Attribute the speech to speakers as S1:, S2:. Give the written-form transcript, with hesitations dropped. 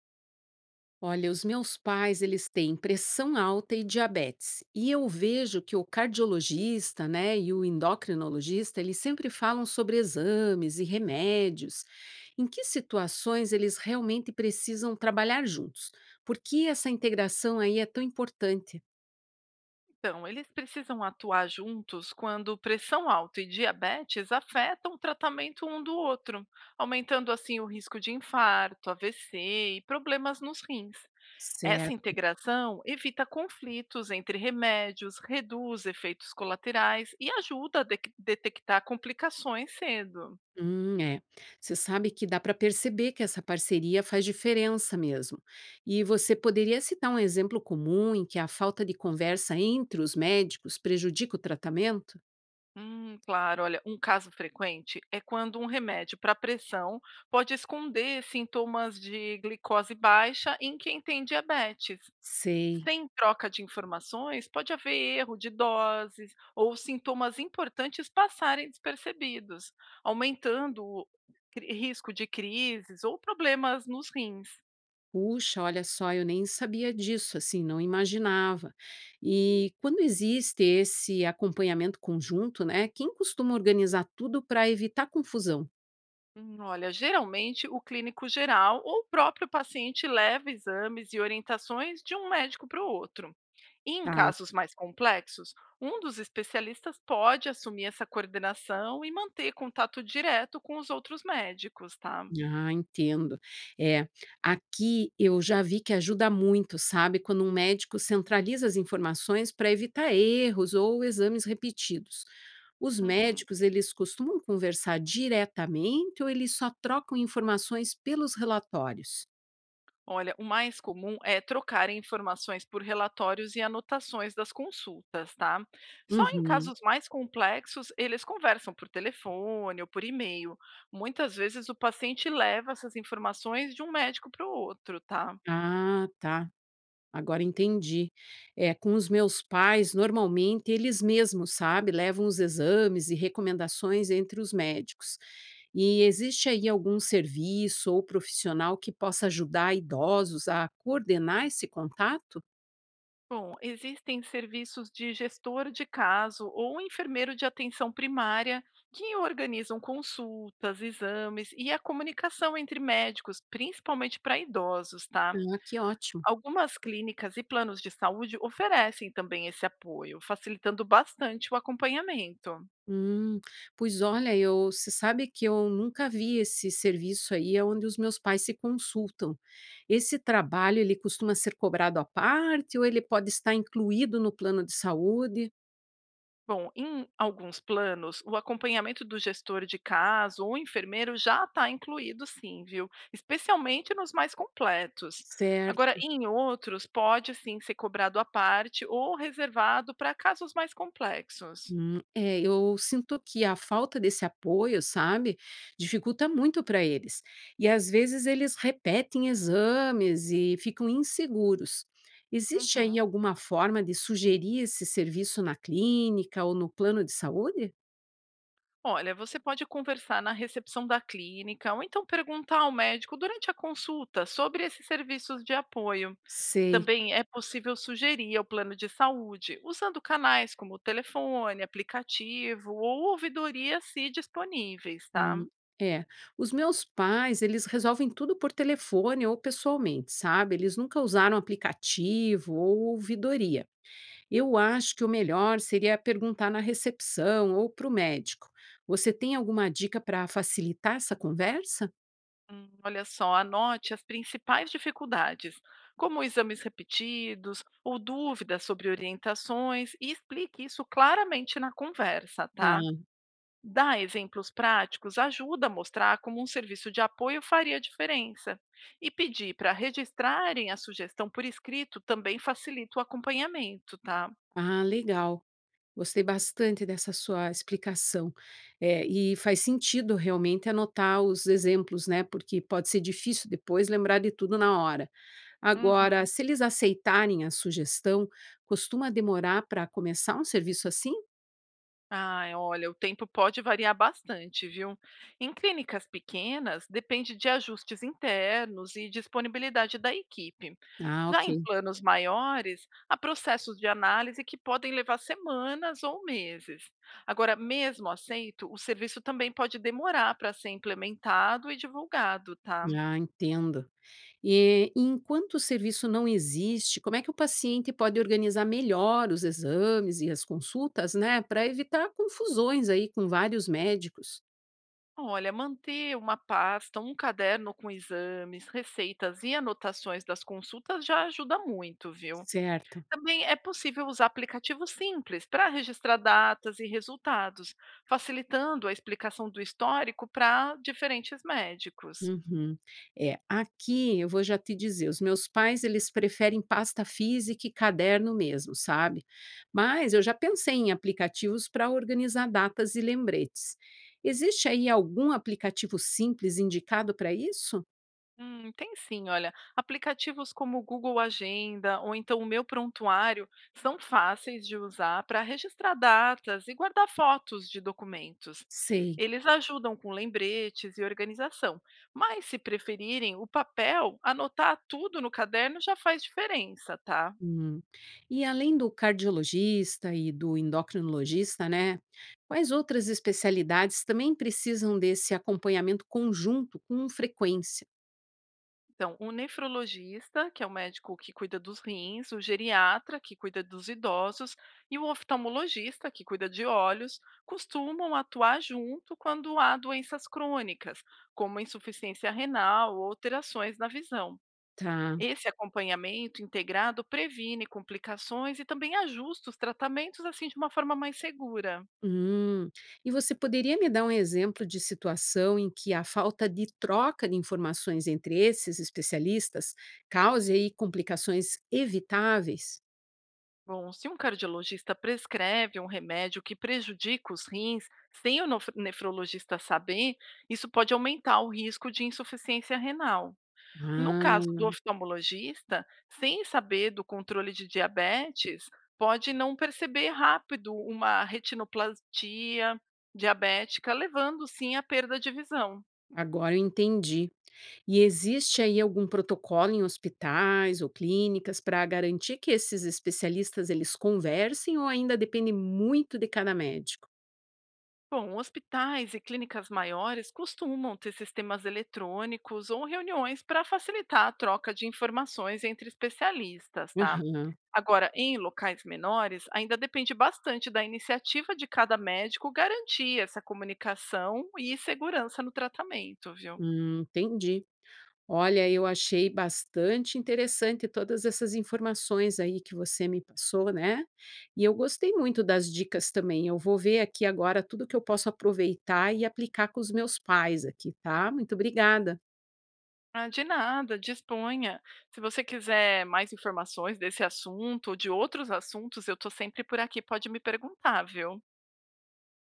S1: Olha, os meus pais, eles têm pressão alta e diabetes. E eu vejo que o cardiologista, né, e o endocrinologista, eles sempre falam sobre exames e remédios. Em que situações eles realmente precisam trabalhar juntos? Por que essa integração aí é tão importante?
S2: Então, eles precisam atuar juntos quando pressão alta e diabetes afetam o tratamento um do outro, aumentando assim o risco de infarto, AVC e problemas nos rins. Essa
S1: Certo.
S2: integração evita conflitos entre remédios, reduz efeitos colaterais e ajuda a detectar complicações cedo.
S1: É. Você sabe que dá para perceber que essa parceria faz diferença mesmo. E você poderia citar um exemplo comum em que a falta de conversa entre os médicos prejudica o tratamento?
S2: Claro, olha, um caso frequente é quando um remédio para pressão pode esconder sintomas de glicose baixa em quem tem diabetes.
S1: Sei.
S2: Sem troca de informações, pode haver erro de doses ou sintomas importantes passarem despercebidos, aumentando o risco de crises ou problemas nos rins.
S1: Puxa, olha só, eu nem sabia disso, assim, não imaginava. E quando existe esse acompanhamento conjunto, né? Quem costuma organizar tudo para evitar confusão?
S2: Olha, geralmente o clínico geral ou o próprio paciente leva exames e orientações de um médico para o outro. E em
S1: Tá.
S2: casos mais complexos, um dos especialistas pode assumir essa coordenação e manter contato direto com os outros médicos, tá?
S1: Ah, entendo. É, aqui eu já vi que ajuda muito, sabe, quando um médico centraliza as informações para evitar erros ou exames repetidos. Os
S2: Uhum.
S1: médicos, eles costumam conversar diretamente ou eles só trocam informações pelos relatórios?
S2: Olha, o mais comum é trocar informações por relatórios e anotações das consultas, tá? Só em
S1: Uhum.
S2: casos mais complexos, eles conversam por telefone ou por e-mail. Muitas vezes o paciente leva essas informações de um médico para o outro, tá?
S1: Ah, tá. Agora entendi. É, com os meus pais, normalmente eles mesmos, sabe, levam os exames e recomendações entre os médicos. E existe aí algum serviço ou profissional que possa ajudar idosos a coordenar esse contato?
S2: Bom, existem serviços de gestor de caso ou enfermeiro de atenção primária que organizam consultas, exames e a comunicação entre médicos, principalmente para idosos, tá?
S1: Ah, que ótimo.
S2: Algumas clínicas e planos de saúde oferecem também esse apoio, facilitando bastante o acompanhamento.
S1: Hum, Pois olha, eu, você sabe que eu nunca vi esse serviço aí, é onde os meus pais se consultam. Esse trabalho, ele costuma ser cobrado à parte ou ele pode estar incluído no plano de saúde?
S2: Bom, em alguns planos, o acompanhamento do gestor de caso ou enfermeiro já está incluído, sim, viu? Especialmente nos mais completos. Agora,
S1: Certo.
S2: em outros, pode sim ser cobrado à parte ou reservado para casos mais complexos.
S1: É, eu sinto que a falta desse apoio, sabe, dificulta muito para eles. E às vezes eles repetem exames e ficam inseguros. Existe aí
S2: Uhum.
S1: alguma forma de sugerir esse serviço na clínica ou no plano de saúde?
S2: Olha, você pode conversar na recepção da clínica ou então perguntar ao médico durante a consulta sobre esses serviços de apoio.
S1: Sei.
S2: Também é possível sugerir ao plano de saúde, usando canais como telefone, aplicativo ou ouvidoria se disponíveis, tá?
S1: Hum, é. Os meus pais, eles resolvem tudo por telefone ou pessoalmente, sabe? Eles nunca usaram aplicativo ou ouvidoria. Eu acho que o melhor seria perguntar na recepção ou para o médico. Você tem alguma dica para facilitar essa conversa?
S2: Olha só, anote as principais dificuldades, como exames repetidos ou dúvidas sobre orientações, e explique isso claramente na conversa, tá?
S1: Tá.
S2: Dar exemplos práticos ajuda a mostrar como um serviço de apoio faria diferença. E pedir para registrarem a sugestão por escrito também facilita o acompanhamento, tá?
S1: Ah, legal. Gostei bastante dessa sua explicação. É, e faz sentido realmente anotar os exemplos, né? Porque pode ser difícil depois lembrar de tudo na hora. Agora,
S2: Uhum.
S1: se eles aceitarem a sugestão, costuma demorar para começar um serviço assim?
S2: Ai, olha, o tempo pode variar bastante, viu? Em clínicas pequenas, depende de ajustes internos e disponibilidade da equipe.
S1: Ah, ok.
S2: Já em planos maiores, há processos de análise que podem levar semanas ou meses. Agora, mesmo aceito, o serviço também pode demorar para ser implementado e divulgado, tá?
S1: Ah, entendo. Enquanto o serviço não existe, como é que o paciente pode organizar melhor os exames e as consultas, né, para evitar confusões aí com vários médicos?
S2: Olha, manter uma pasta, um caderno com exames, receitas e anotações das consultas já ajuda muito, viu?
S1: Certo.
S2: Também é possível usar aplicativos simples para registrar datas e resultados, facilitando a explicação do histórico para diferentes médicos.
S1: Uhum. É, aqui eu vou já te dizer, os meus pais eles preferem pasta física e caderno mesmo, sabe? Mas eu já pensei em aplicativos para organizar datas e lembretes. Existe aí algum aplicativo simples indicado para isso?
S2: Tem sim, olha. Aplicativos como o Google Agenda ou então o Meu Prontuário são fáceis de usar para registrar datas e guardar fotos de documentos.
S1: Sei.
S2: Eles ajudam com lembretes e organização, mas se preferirem o papel, anotar tudo no caderno já faz diferença, tá?
S1: Hum. E além do cardiologista e do endocrinologista, né, quais outras especialidades também precisam desse acompanhamento conjunto com frequência?
S2: Então, o nefrologista, que é o médico que cuida dos rins, o geriatra, que cuida dos idosos, e o oftalmologista, que cuida de olhos, costumam atuar junto quando há doenças crônicas, como insuficiência renal ou alterações na visão.
S1: Tá.
S2: Esse acompanhamento integrado previne complicações e também ajusta os tratamentos assim de uma forma mais segura.
S1: Hum. E você poderia me dar um exemplo de situação em que a falta de troca de informações entre esses especialistas cause aí complicações evitáveis?
S2: Bom, se um cardiologista prescreve um remédio que prejudica os rins, sem o nefrologista saber, isso pode aumentar o risco de insuficiência renal. No caso
S1: Ah,
S2: do oftalmologista, sem saber do controle de diabetes, pode não perceber rápido uma retinoplastia diabética, levando sim à perda de visão.
S1: agora eu entendi. E existe aí algum protocolo em hospitais ou clínicas para garantir que esses especialistas eles conversem ou ainda depende muito de cada médico?
S2: Bom, hospitais e clínicas maiores costumam ter sistemas eletrônicos ou reuniões para facilitar a troca de informações entre especialistas, tá?
S1: Aham.
S2: Agora, em locais menores, ainda depende bastante da iniciativa de cada médico garantir essa comunicação e segurança no tratamento, viu?
S1: Entendi. Olha, eu achei bastante interessante todas essas informações aí que você me passou, né? E eu gostei muito das dicas também. Eu vou ver aqui agora tudo que eu posso aproveitar e aplicar com os meus pais aqui, tá? Muito obrigada.
S2: Ah, de nada, disponha. Se você quiser mais informações desse assunto ou de outros assuntos, eu estou sempre por aqui, pode me perguntar, viu?